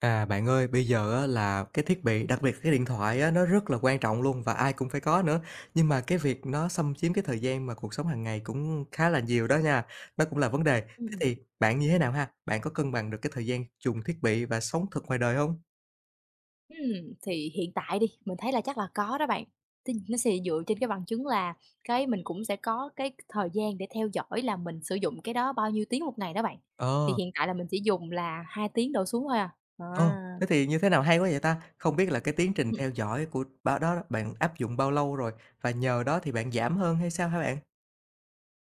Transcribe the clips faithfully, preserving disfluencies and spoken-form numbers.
À, bạn ơi, bây giờ á là cái thiết bị, đặc biệt cái điện thoại á, nó rất là quan trọng luôn và ai cũng phải có nữa. Nhưng mà cái việc nó xâm chiếm cái thời gian mà cuộc sống hàng ngày cũng khá là nhiều đó nha, nó cũng là vấn đề. Thế Ừm, thì bạn như thế nào ha? Bạn có cân bằng được cái thời gian dùng thiết bị và sống thực ngoài đời không? ừm, thì hiện tại đi, mình thấy là chắc là có đó bạn. Thì nó sẽ dựa trên cái bằng chứng là cái mình cũng sẽ có cái thời gian để theo dõi là mình sử dụng cái đó bao nhiêu tiếng một ngày đó bạn. Thì Ờ, hiện tại là mình chỉ dùng là hai tiếng đổ xuống thôi à. À. ờ, thế thì như thế nào hay quá vậy ta? Không biết là cái tiến trình theo dõi của ba đó bạn áp dụng bao lâu rồi? Và nhờ đó thì bạn giảm hơn hay sao hả bạn?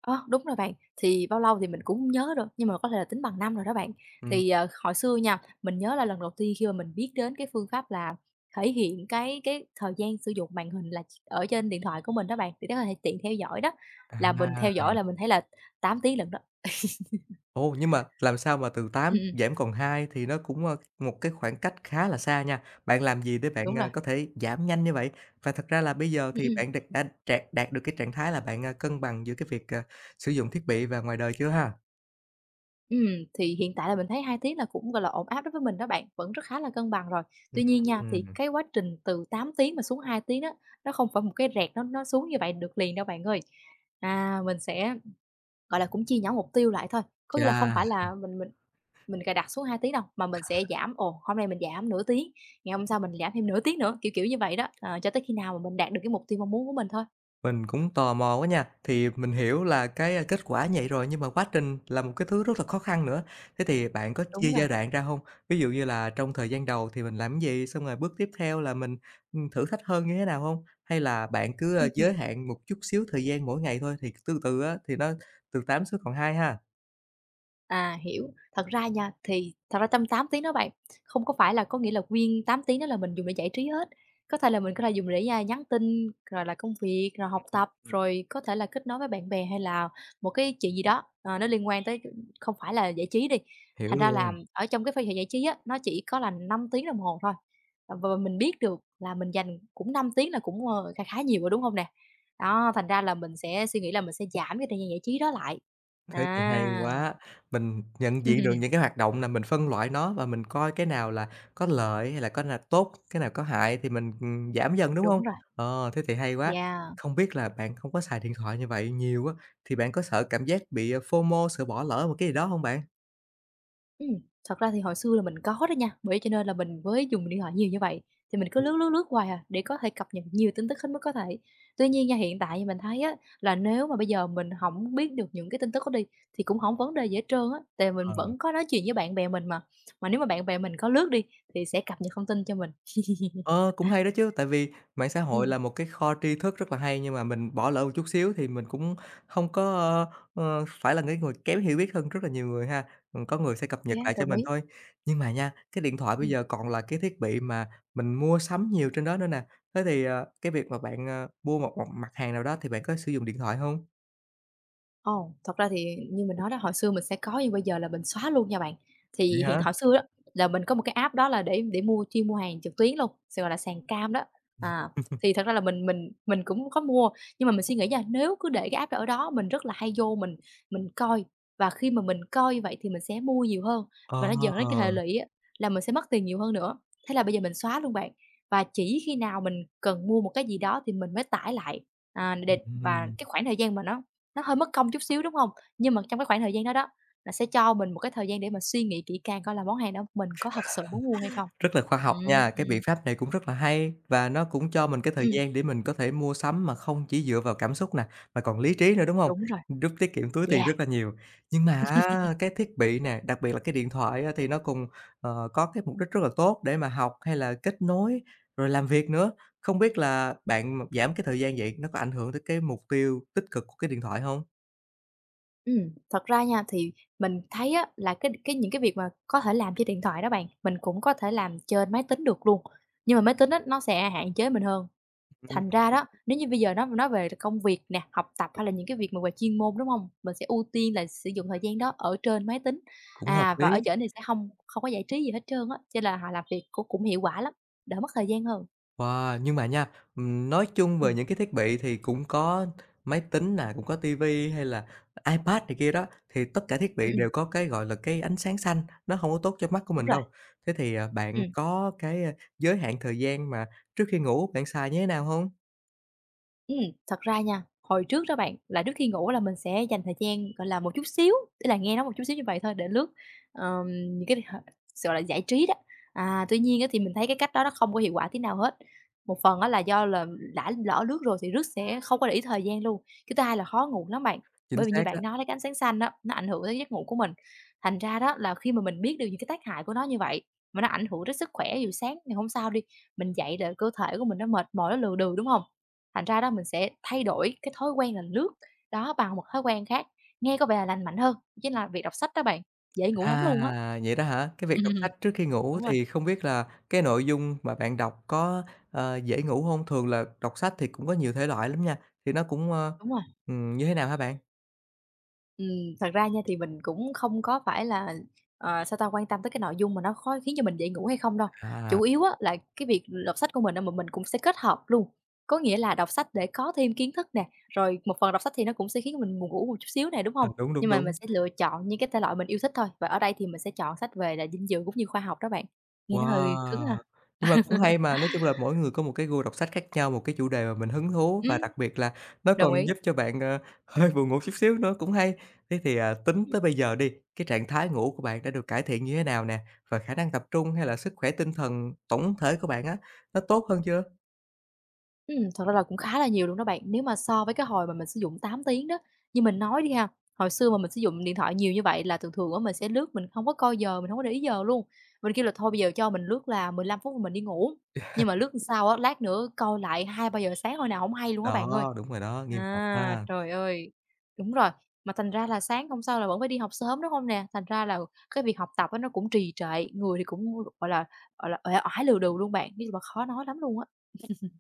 Ơ, đúng rồi bạn, thì bao lâu thì mình cũng hông nhớ rồi nhưng mà có thể là tính bằng năm rồi đó bạn. Ừm, Thì, ờ, hồi xưa nha, mình nhớ là lần đầu tiên khi mà mình biết đến cái phương pháp là thể hiện cái cái thời gian sử dụng màn hình là ở trên điện thoại của mình đó bạn, thì để có thể tiện theo dõi đó, là mình theo à. dõi là mình thấy là tám tiếng lận đó. Ồ, nhưng mà làm sao mà từ Ừm, tám ừm, giảm còn hai thì nó cũng, ơ, một cái khoảng cách khá là xa nha. Bạn làm gì để bạn, đúng à, rồi. có thể giảm nhanh như vậy? Và thật ra là bây giờ Ừm, thì ừm. bạn đạt đã trạc đạt được cái trạng thái là bạn, à, cân bằng giữa cái việc, à, sử dụng thiết bị và ngoài đời chưa ha? Ừm, thì hiện tại là mình thấy hai tiếng là cũng, gọi là, ổn áp đối với mình đó bạn, vẫn rất khá là cân bằng rồi. Tuy nhiên nha, thì Ừm, cái quá trình từ tám tiếng mà xuống hai tiếng đó, nó không phải một cái rẹt nó nó xuống như vậy được liền đâu bạn ơi. À, mình sẽ, gọi là, cũng chia nhỏ mục tiêu lại thôi, có nghĩa là không chà. phải là mình mình mình cài đặt xuống hai tiếng đâu, mà mình sẽ giảm, ồ, hôm nay mình giảm nửa tiếng, ngày hôm sau mình giảm thêm nửa tiếng nữa, kiểu, kiểu như vậy đó, ờ, cho tới khi nào mà mình đạt được cái mục tiêu mong muốn của mình thôi. Mình cũng tò mò quá nha. Thì mình hiểu là cái, a, kết quả như vậy rồi, nhưng mà quá trình là một cái thứ rất là khó khăn nữa. Thế thì bạn có Đúng chia rồi, giai đoạn ra không? Ví dụ như là trong thời gian đầu thì mình làm cái gì, xong rồi bước tiếp theo là mình, ừm, thử thách hơn như thế nào không? Hay là bạn cứ, a, ừm, ừm. giới hạn một chút xíu thời gian mỗi ngày thôi, thì từ từ á, thì nó từ tám xuống còn hai ha? À, hiểu. Thật ra nha, thì thật ra trong tám tiếng đó bạn, không có phải là có nghĩa là nguyên tám tiếng đó là mình dùng để giải trí hết. Có thể là mình có thể dùng để, a, nhắn tin, rồi là công việc, rồi Ừm, học ừm, tập, ừm, rồi có thể là kết nối với bạn bè hay là một cái chuyện gì đó, ờ, nó liên quan tới không phải là giải trí đi. hiểu Thành ra là luôn. ở trong cái ph giải trí á, nó chỉ có là năm tiếng đồng hồ thôi, và và mình biết được là mình dành cũng năm tiếng là cũng, ờ, kha khá nhiều rồi, đúng không nè? Đó, thành ra là mình sẽ suy nghĩ là mình sẽ giảm cái thời gian giải trí đó lại. Thế thì hay À. quá. Mình nhận diện được Ừm, những cái hoạt động là mình phân loại nó và mình coi cái nào là có lợi hay là có là tốt, cái nào có hại thì mình, ừm, giảm dần, đúng đúng hông? rồi, Ờ, thế thì hay quá. yeah. Không biết là bạn không có xài điện thoại như vậy nhiều á, thì bạn có sợ cảm giác bị, ờ, FOMO, sợ bỏ lỡ một cái gì đó hông bạn? Ừm, thật ra thì hồi xưa là mình có đó nha, bởi cho nên là mình mới dùng điện thoại nhiều như vậy, thì mình cứ Ừm, lướt, lướt, lướt hoài à, để có thể cập nhật nhiều tin tức hết mức có thể. Tuy nhiên nha, hiện tại thì mình thấy á, là nếu mà bây giờ mình hổng biết được những cái tin tức đó đi, thì cũng hổng vấn đề gì hết trơn á, tại mình ờ. vẫn có nói chuyện với bạn bè mình mà, mà nếu mà bạn bè mình có lướt đi, thì sẽ cập nhật thông tin cho mình. Ờ, cũng hay đó chứ, tại vì mạng xã hội Ừm, là một cái kho tri thức rất là hay, nhưng mà mình bỏ lỡ một chút xíu thì mình cũng không có, ơ, ờ, phải là cái người kém hiểu biết hơn rất là nhiều người ha. Ừm, có người sẽ cập nhật yeah, lại cho đồng mình ý. thôi. Nhưng mà nha, cái điện thoại bây Ừm. giờ còn là cái thiết bị mà mình mua sắm nhiều trên đó nữa nè. Thế thì, ờ, cái việc mà bạn, ờ, mua một một mặt hàng nào đó thì bạn có sử dụng điện thoại không? Ồ, thật ra thì như mình nói đó, hồi xưa mình sẽ có nhưng bây giờ là mình xóa luôn nha bạn. Vậy Thì hiện Ừm. hả? hồi xưa đó là mình có một cái app đó là để để mua chuyên mua hàng trực tuyến luôn, sẽ gọi là sàn cam đó. À, thì thật ra là mình mình mình cũng có mua, nhưng mà mình suy nghĩ nha, nếu cứ để cái app đó ở đó mình rất là hay vô mình mình coi, và khi mà mình coi như vậy thì mình sẽ mua nhiều hơn, và nó dẫn đến cái hệ Ờ, lụy á, là mình sẽ mất tiền nhiều hơn nữa. Thế là bây giờ mình xóa luôn bạn, và chỉ khi nào mình cần mua một cái gì đó thì mình mới tải lại, à, để và ừm. cái khoảng thời gian mà nó nó hơi mất công chút xíu, đúng không? Nhưng mà trong cái khoảng thời gian đó đó, là sẽ cho mình một cái thời gian để mà suy nghĩ kỹ càng coi là món hàng đó mình có thật sự muốn mua hay không. Rất là khoa học nha, cái biện Ừm, pháp này cũng rất là hay và nó cũng cho mình cái thời ừm, gian để mình có thể mua sắm mà không chỉ dựa vào cảm xúc nè, mà còn lý trí nữa, đúng không? đúng rồi, Giúp tiết kiệm túi tiền rất yeah. là nhiều. Nhưng mà á, cái thiết bị nè, đặc biệt là cái điện thoại á, thì nó cùng, ờ, có cái mục đích rất là tốt để mà học hay là kết nối, rồi làm việc nữa. Không biết là bạn mà giảm cái thời gian vậy nó có ảnh hưởng tới cái mục tiêu tích cực của cái điện thoại không? Ừm, thật ra nha, thì mình thấy á là cái cái những cái việc mà có thể làm trên điện thoại đó bạn, mình cũng có thể làm trên máy tính được luôn, nhưng mà máy tính á, nó sẽ hạn chế mình hơn. Ừm, Thành ra đó, nếu như bây giờ nói nói về công việc nè, học tập hay là những cái việc mà về chuyên môn, đúng hông? Mình sẽ ưu tiên là sử dụng thời gian đó ở trên máy tính, cũng hợp à, và lý. ở trển thì sẽ hông không có giải trí gì hết trơn á, cho là họ làm việc cũng cũng hiệu quả lắm, đỡ mất thời gian hơn. Wow! Nhưng mà nha, ừm, nói chung về Ừm, những cái thiết bị thì cũng có máy tính nè, cũng có tivi hay là iPad này kia đó, thì tất cả thiết ừm, bị ừm, đều có cái, gọi là, cái ánh sáng xanh, nó hông có tốt cho mắt của đúng mình rồi, đâu. Thế thì, à, bạn ừm. có cái, a, giới hạn thời gian mà trước khi ngủ bạn xài như thế nào hông? Ừm, thật ra nha, hồi trước đó bạn, là trước khi ngủ là mình sẽ dành thời gian, gọi là, một chút xíu, tức là nghe nó một chút xíu như vậy thôi để lướt, ờm, những cái h gọi là, giải trí đó. À, tuy nhiên á thì mình thấy cái cách đó nó không có hiệu quả tí nào hết. Một phần đó là do là đã lỡ lướt rồi thì lướt sẽ không có để ý thời gian luôn. Cái thứ hai là khó ngủ lắm bạn, Chính bởi vì như xác đó. bạn nói đấy cái ánh sáng xanh á, nó ảnh hưởng tới giấc ngủ của mình. Thành ra đó là khi mà mình biết được những cái tác hại của nó như vậy, mà nó ảnh hưởng tới sức khỏe, dù sáng ngày hôm sau đi, mình dậy là cơ thể của mình nó mệt mỏi, nó lừ đừ, đúng không? Thành ra đó mình sẽ thay đổi cái thói quen là lướt đó bằng một thói quen khác, nghe có vẻ là lành mạnh hơn, chính là việc đọc sách đó bạn, dễ ngủ lắm luôn á. À, vậy đó hả? Cái việc đọc Ừm, sách trước khi ngủ đúng rồi, thì không biết là cái nội dung mà bạn đọc có, ờ, dễ ngủ hông? Thường là đọc sách thì cũng có nhiều thể loại lắm nha, thì nó cũng, ơ, đúng rồi. ừm, như thế nào hả bạn? Ừm, thật ra nha thì mình cũng không có phải là, ờ, sao ta, quan tâm tới cái nội dung mà nó có khiến cho mình dễ ngủ hay không đâu. À. Chủ yếu á là cái việc đọc sách của mình á mà mình cũng sẽ kết hợp luôn, có nghĩa là đọc sách để có thêm kiến thức nè, rồi một phần đọc sách thì nó cũng sẽ khiến mình buồn ngủ một chút xíu nè, đúng À, không? đúng, đúng, Nhưng mà mình đúng. sẽ lựa chọn những cái thể loại mình yêu thích thôi, và ở đây thì mình sẽ chọn sách về là dinh dưỡng cũng như khoa học đó bạn, nghe nó hơi cứng Wow! ha. Nhưng mà cũng hay mà, nói chung là mỗi người có một cái gu đọc sách khác nhau, một cái chủ đề mà mình hứng thú Ừm, và đặc biệt là nó đồng còn ý. giúp cho bạn, ờ, hơi buồn ngủ chút xíu nữa, cũng hay. Thế thì, à, tính tới bây giờ đi, cái trạng thái ngủ của bạn đã được cải thiện như thế nào nè? Và khả năng tập trung hay là sức khỏe tinh thần tổng thể của bạn á, nó tốt hơn chưa? Ừm, thật ra là cũng khá là nhiều luôn đó bạn. Nếu mà so với cái hồi mà mình sử dụng tám tiếng đó, như mình nói đi ha, hồi xưa mà mình sử dụng điện thoại nhiều như vậy là thường thường á mình sẽ lướt, mình không có coi giờ, mình không có để ý giờ luôn. Mình kêu là thôi bây giờ cho mình lướt là mười lăm phút rồi mình đi ngủ, nhưng mà lướt làm sao á, lát nữa coi lại hai ba giờ sáng hồi nào không hay luôn á bạn ơi. Đó, đúng rồi đó, nghiêm trọng À, ha. trời ơi! Đúng rồi, mà thành ra là sáng hôm sau là vẫn phải đi học sớm, đúng không nè? Thành ra là cái việc học tập á nó cũng trì trệ, người thì cũng, gọi là, gọi là, uể oải lừ đừ luôn bạn, nhưng mà khó nói lắm luôn á.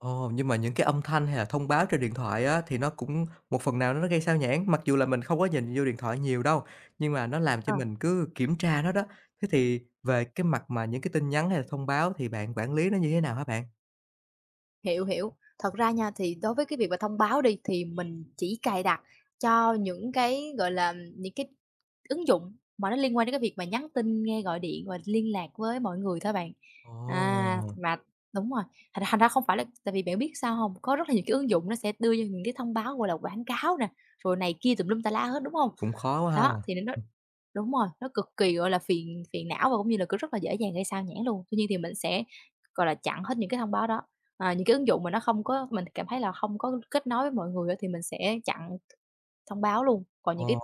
Ồ, nhưng mà những cái âm thanh hay là thông báo trên điện thoại á, thì nó cũng một phần nào nó gây sao nhãng, mặc dù là mình không có nhìn vô điện thoại nhiều đâu, nhưng mà nó làm Ờ. cho mình cứ kiểm tra nó đó. Thế thì về cái mặt mà những cái tin nhắn hay là thông báo thì bạn quản lý nó như thế nào hả bạn? Hiểu, hiểu. Thật ra nha, thì đối với cái việc mà thông báo đi, thì mình chỉ cài đặt cho những cái, gọi là, những cái ứng dụng mà nó liên quan đến cái việc mà nhắn tin, nghe gọi điện và liên lạc với mọi người thôi bạn. À, Ồ, mà đúng rồi, thành ra thành ra không phải là tại vì bạn biết sao không? Có rất là nhiều cái ứng dụng nó sẽ đưa ra những cái thông báo, gọi là, quảng cáo nè, rồi này kia tùm lum tà la hết, đúng không? cũng khó quá ha. Đó, thì nó đúng rồi, nó cực kỳ, gọi là, phiền phiền não và cũng như là cứ rất là dễ dàng gây sao nhãng luôn. Tuy nhiên thì mình sẽ, gọi là, chặn hết những cái thông báo đó. À, những cái ứng dụng mà nó không có mình cảm thấy là không có kết nối với mọi người á thì mình sẽ chặn thông báo luôn, còn những Ồ, cái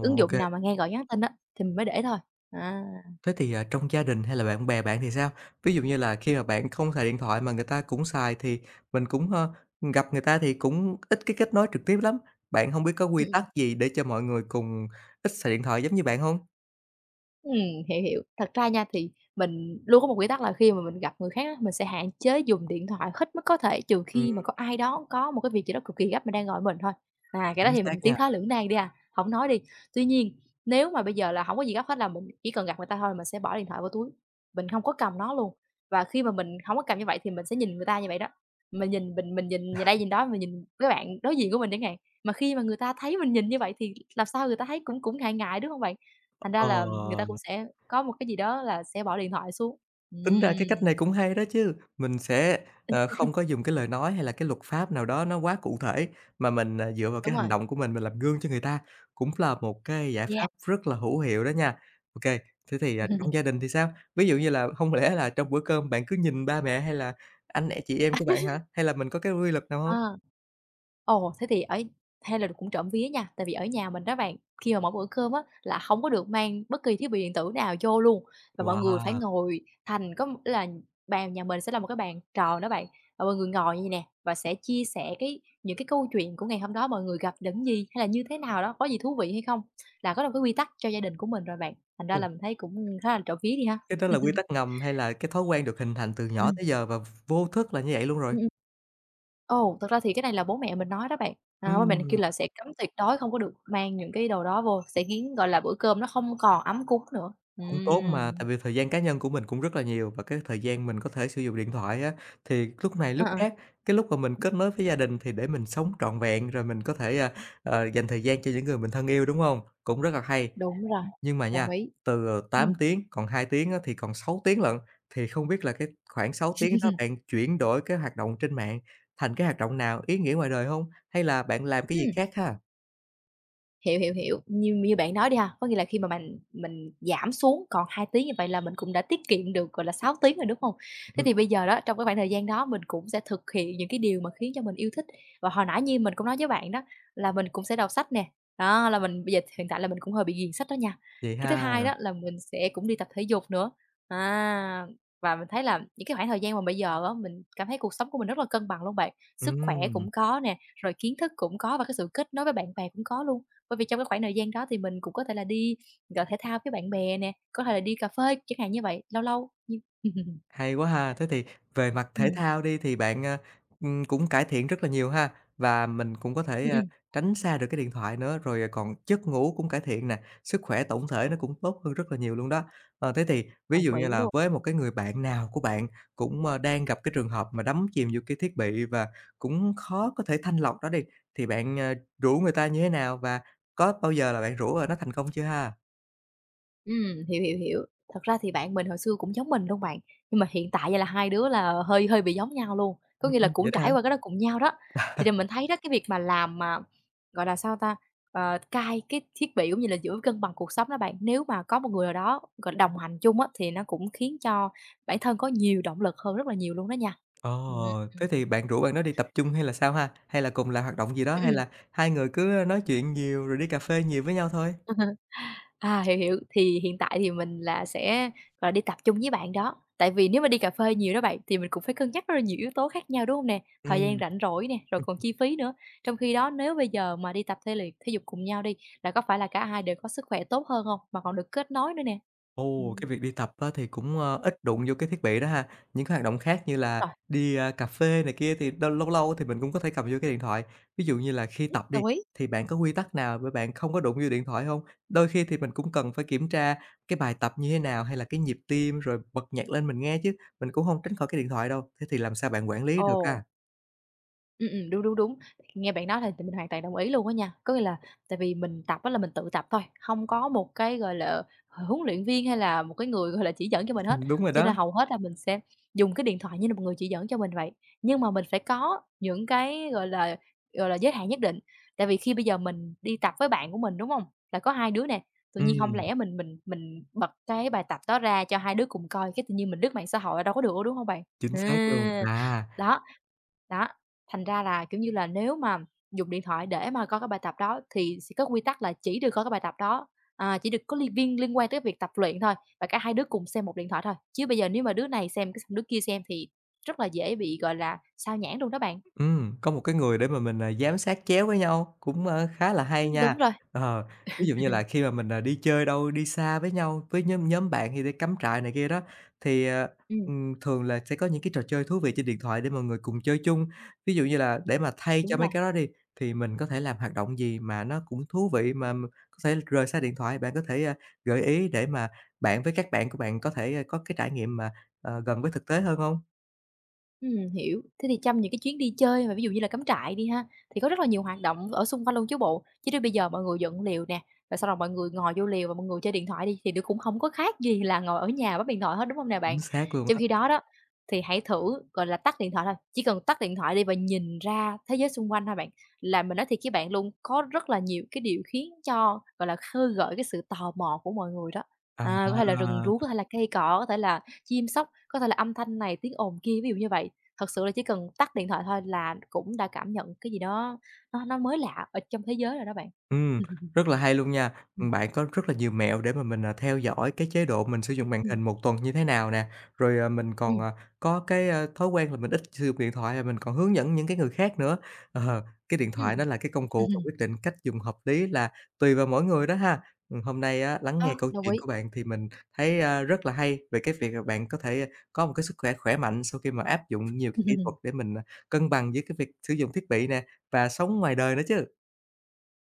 ứng ok. dụng nào mà nghe gọi nhắn tin á thì mình mới để thôi. À. Thế thì, à, trong gia đình hay là bạn bè bạn thì sao? Ví dụ như là khi mà bạn không xài điện thoại mà người ta cũng xài thì mình cũng, ơ, gặp người ta thì cũng ít cái kết nối trực tiếp lắm. Bạn không biết có quy tắc gì để cho mọi người cùng ít xài điện thoại giống như bạn không? Ừm, hiểu, hiểu. Thật ra nha, thì mình luôn có một quy tắc là khi mà mình gặp người khác á, mình sẽ hạn chế dùng điện thoại hết mức có thể, trừ khi mà Ừm, có ai đó có một cái việc gì đó cực kỳ gấp mà đang gọi mình thôi. À, cái đó chính thì xác mình tiến nha. thoái lưỡng nan đi à, hổng nói đi. Tuy nhiên, nếu mà bây giờ là hổng có gì gấp hết là mình chỉ cần gặp người ta thôi, mình sẽ bỏ điện thoại vô túi, mình không có cầm nó luôn. Và khi mà mình hổng có cầm như vậy thì mình sẽ nhìn người ta như vậy đó, mình nhìn, mình mình nhìn nhìn đây nhìn đó, mình nhìn cái bạn đối diện của mình chẳng hạn. Mà khi mà người ta thấy mình nhìn như vậy thì làm sao người ta thấy cũng cũng ngại ngại, đúng hông bạn? Thành ra Ờ. là người ta cũng sẽ có một cái gì đó là sẽ bỏ điện thoại xuống. Tính ra cái cách này Ừm, cũng hay đó chứ, mình sẽ, ờ, không có dùng cái lời nói hay là cái luật pháp nào đó nó quá cụ thể, mà mình, à, dựa vào cái đúng hành rồi, động của mình, mình làm gương cho người ta, cũng là một cái giải yeah. pháp rất là hữu hiệu đó nha. Ok, thế thì, à, trong gia đình thì sao? Ví dụ như là không lẽ là trong bữa cơm bạn cứ nhìn ba mẹ hay là anh e chị em của bạn hả? Hay là mình có cái quy luật nào không? À. Ồ, thế thì ở hay là cũng trộm vía nha, tại vì ở nhà mình đó bạn, khi mà mỗi bữa cơm á, là không có được mang bất kỳ thiết bị điện tử nào vô luôn, và mọi người phải Wow! ngồi, thành có ý là bàn nhà mình sẽ là một cái bàn tròn đó bạn, và mọi người ngồi như vầy nè, và sẽ chia sẻ cái những cái câu chuyện của ngày hôm đó mọi người gặp những gì, hay là như thế nào đó, có gì thú vị hay không, là có một cái quy tắc cho gia đình của mình rồi bạn, thành ra Ồ, là mình thấy cũng khá là trộm vía đi ha. cái đó là quy tắc ngầm hay là cái thói quen được hình thành từ nhỏ tới giờ và vô thức là như vậy luôn rồi? Ừm. Ồ, thật ra thì cái này là bố mẹ mình nói đó bạn, à, bố mẹ mình kêu Ừm. là sẽ cấm tuyệt đối không có được mang những cái đồ đó vô, sẽ khiến, gọi là, bữa cơm nó không còn ấm cúng nữa. Cũng tốt mà, Ừm, tại vì thời gian cá nhân của mình cũng rất là nhiều và cái thời gian mình có thể sử dụng điện thoại á, thì lúc này ờ, lúc ờ, khác, cái lúc mà mình kết nối với gia đình thì để mình sống trọn vẹn, rồi mình có thể, à, ờ, dành thời gian cho những người mình thân yêu, đúng không? Cũng rất là hay. đúng rồi, Nhưng mà đồng nha, ý. từ, ờ, tám Ừm, tiếng còn hai tiếng á, thì còn sáu tiếng lận, thì không biết là cái khoảng sáu tiếng đó bạn chuyển đổi cái hoạt động trên mạng thành cái hoạt động nào ý nghĩa ngoài đời không? Hay là bạn làm cái gì ừm. khác ha? Hiểu, hiểu, hiểu. Như như bạn nói đi ha, có nghĩa là khi mà mình mình giảm xuống còn hai tiếng như vậy là mình cũng đã tiết kiệm được, gọi là, sáu tiếng rồi, đúng không? Thế thì bây giờ đó, trong cái khoảng thời gian đó mình cũng sẽ thực hiện những cái điều mà khiến cho mình yêu thích. Và hồi nãy như mình cũng nói với bạn đó, là mình cũng sẽ đọc sách nè, đó, là mình bây giờ hiện tại là mình cũng hơi bị ghiền sách đó nha. Vậy Cái thứ ha. hai đó là mình sẽ cũng đi tập thể dục nữa, à, và mình thấy là những cái khoảng thời gian mà bây giờ á, mình cảm thấy cuộc sống của mình rất là cân bằng luôn bạn. Sức khỏe Ừm. cũng có nè, rồi kiến thức cũng có và cái sự kết nối với bạn bè cũng có luôn. Bởi vì trong cái khoảng thời gian đó thì mình cũng có thể là đi, gọi, thể thao với bạn bè nè, có thể là đi cà phê chẳng hạn như vậy, lâu lâu như Hay quá ha! Thế thì về mặt thể ừm, thao đi thì bạn, a, ừm, cũng cải thiện rất là nhiều ha, và mình cũng có thể, ừm, a, ừm, tránh xa được cái điện thoại nữa, rồi, à, còn giấc ngủ cũng cải thiện nè, sức khỏe tổng thể nó cũng tốt hơn rất là nhiều luôn đó. Ờ, thế thì ví đồng dụ như ý là luôn. với một cái người bạn nào của bạn cũng, ơ, đang gặp cái trường hợp mà đắm chìm vô cái thiết bị và cũng khó có thể thanh lọc đó đi, thì bạn, à, rủ người ta như thế nào và có bao giờ là bạn rủ, à, nó thành công chưa ha? Ừm, hiểu, hiểu, hiểu. Thật ra thì bạn mình hồi xưa cũng giống mình luôn bạn, nhưng mà hiện tại vậy là hai đứa là hơi hơi bị giống nhau luôn, có nghĩa là Ừm, cũng vậy đó hả? trải qua cái đó cùng nhau đó. Thì là mình thấy đó, cái việc mà làm mà, gọi là, sao ta, ờ, cai cái thiết bị cũng như là giữ cân bằng cuộc sống đó bạn, nếu mà có một người nào đó, gọi là, đồng hành chung á, thì nó cũng khiến cho bản thân có nhiều động lực hơn rất là nhiều luôn đó nha. Ừm, ừm, Ồ, ừm, thế thì bạn rủ bạn đó đi tập chung hay là sao ha? Hay là cùng làm hoạt động gì đó, hay ừm. là hai người cứ nói chuyện nhiều rồi đi cà phê nhiều với nhau thôi? À, hiểu, hiểu. Thì hiện tại thì mình là sẽ, gọi là, đi tập chung với bạn đó. Tại vì nếu mà đi cà phê nhiều đó bạn, thì mình cũng phải cân nhắc rất là nhiều yếu tố khác nhau, đúng hông nè? Thời gian Ừm, rảnh rỗi nè, rồi còn chi phí nữa. Trong khi đó nếu bây giờ mà đi tập thể liệt thể dục cùng nhau đi, là có phải là cả hai đều có sức khỏe tốt hơn hông? Mà còn được kết nối nữa nè. ồ, Ừm, cái việc đi tập á thì cũng, ơ, ít đụng vô cái thiết bị đó ha. Những cái hoạt động khác như là rồi, đi, a, cà phê này kia thì đâu lâu lâu thì mình cũng có thể cầm vô cái điện thoại. Ví dụ như là khi tập đi, đồng ý. thì bạn có quy tắc nào để bạn không có đụng vô điện thoại không? Đôi khi thì mình cũng cần phải kiểm tra cái bài tập như thế nào, hay là cái nhịp tim rồi bật nhạc lên mình nghe chứ, mình cũng không tránh khỏi cái điện thoại đâu. Thế thì làm sao bạn quản lý được Ồ. ha? Ừm, ừm, đúng, đúng, đúng. Nghe bạn nói thì thì mình hoàn toàn đồng ý luôn á nha. Có nghĩa là tại vì mình tập á là mình tự tập thôi, không có một cái, gọi là, huấn luyện viên hay là một cái người, gọi là, chỉ dẫn cho mình hết, Ừm, đúng rồi cho đó. nên hầu hết là mình sẽ dùng cái điện thoại như là một người chỉ dẫn cho mình vậy. Nhưng mà mình phải có những cái, gọi là, gọi là, giới hạn nhất định, tại vì khi bây giờ mình đi tập với bạn của mình, đúng không? Là có hai đứa nè, tự nhiên không Ừm, lẽ mình mình mình bật cái bài tập đó ra cho hai đứa cùng coi, cái tự nhiên mình lướt mạng xã hội đâu có được đâu, đúng không bạn? chính xác luôn. À, À. đó. Đó, thành ra là, kiểu như là, nếu mà dùng điện thoại để mà coi cái bài tập đó thì sẽ có quy tắc là chỉ được coi cái bài tập đó, à, chỉ được có liên viên liên quan tới việc tập luyện thôi, và cả hai đứa cùng xem một điện thoại thôi. Chứ bây giờ nếu mà đứa này xem cái xong đứa kia xem thì rất là dễ bị, gọi là, sao nhãng luôn đó bạn. Ừm, có một cái người để mà mình, à, giám sát chéo với nhau cũng, ơ, khá là hay Ừm, đúng nha. rồi. Ờ, ví dụ như là khi mà mình, à, đi chơi đâu, đi xa với nhau, với nhóm nhóm bạn thì đi cắm trại này kia đó, thì, ờ, Ừm, ừm, thường là sẽ có những cái trò chơi thú vị trên điện thoại để mọi người cùng chơi chung. Ví dụ như là để mà thay đúng cho mấy rồi. cái đó đi, thì mình có thể làm hoạt động gì mà nó cũng thú vị mà m có thể rời xa điện thoại, bạn có thể, a, gợi ý để mà bạn với các bạn của bạn có thể, a, có cái trải nghiệm mà, ờ, gần với thực tế hơn hông? Ừm, hiểu. Thế thì trong những cái chuyến đi chơi mà ví dụ như là cắm trại đi ha, thì có rất là nhiều hoạt động ở xung quanh luôn chứ bộ. Chứ nếu bây giờ mọi người dựng lều nè, và sau đó mọi người ngồi vô lều và mọi người chơi điện thoại đi thì nó cũng không có khác gì là ngồi ở nhà bấm điện thoại hết, đúng không nè bạn? Chính xác luôn Trong á. khi đó đó, thì hãy thử, gọi là, tắt điện thoại thôi, chỉ cần tắt điện thoại đi và nhìn ra thế giới xung quanh thôi bạn. Là mình nói thiệt với bạn luôn, có rất là nhiều cái điều khiến cho, gọi là, khơi gợi cái sự tò mò của mọi người đó. À. À, có thể là rừng rú, có thể là cây cỏ, có thể là chim sóc, có thể là âm thanh này tiếng ồn kia, ví dụ như vậy. Thật sự là chỉ cần tắt điện thoại thôi là cũng đã cảm nhận cái gì đó nó nó mới lạ ở trong thế giới rồi đó bạn. Ừm, rất là hay luôn nha. Bạn có rất là nhiều mẹo để mà mình, à, theo dõi cái chế độ mình sử dụng màn Ừm, hình một tuần như thế nào nè, rồi, à, mình còn, ừm, à, có cái, a, thói quen là mình ít sử dụng điện thoại và mình còn hướng dẫn những cái người khác nữa. Ờ, cái điện ừm, thoại nó là cái công cụ và ừm. quyết định cách dùng hợp lý là tùy vào mỗi người đó ha. Ừm, hôm nay á, lắng Ờ, nghe câu đồng chuyện ý. của bạn thì mình thấy, a, rất là hay về cái việc là bạn có thể có một cái sức khỏe khỏe mạnh sau khi mà áp dụng nhiều cái kỹ thuật để mình, à, cân bằng giữa cái việc sử dụng thiết bị nè và sống ngoài đời nữa chứ.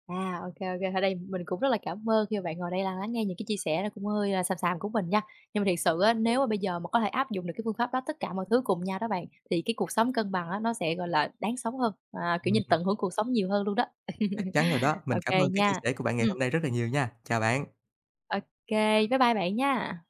À, ok, ok. Ô, ở đây mình cũng rất là cảm ơn khi mà bạn ngồi đây là lắng nghe những cái chia sẻ nó cũng hơi, à, xàm xàm của mình nha. Nhưng mà thiệt sự á, nếu mà bây giờ mà có thể áp dụng được cái phương pháp đó tất cả mọi thứ cùng nhau đó bạn, thì cái cuộc sống cân bằng á, nó sẽ, gọi là, đáng sống hơn, à, kiểu như, Ừm. tận hưởng cuộc sống nhiều hơn luôn đó. Chắc chắn rồi đó. Mình Ok cảm ơn cái chia nha. sẻ của bạn ngày Ừm, hôm nay rất là nhiều nha. Chào bạn. ô bye bye bạn nha.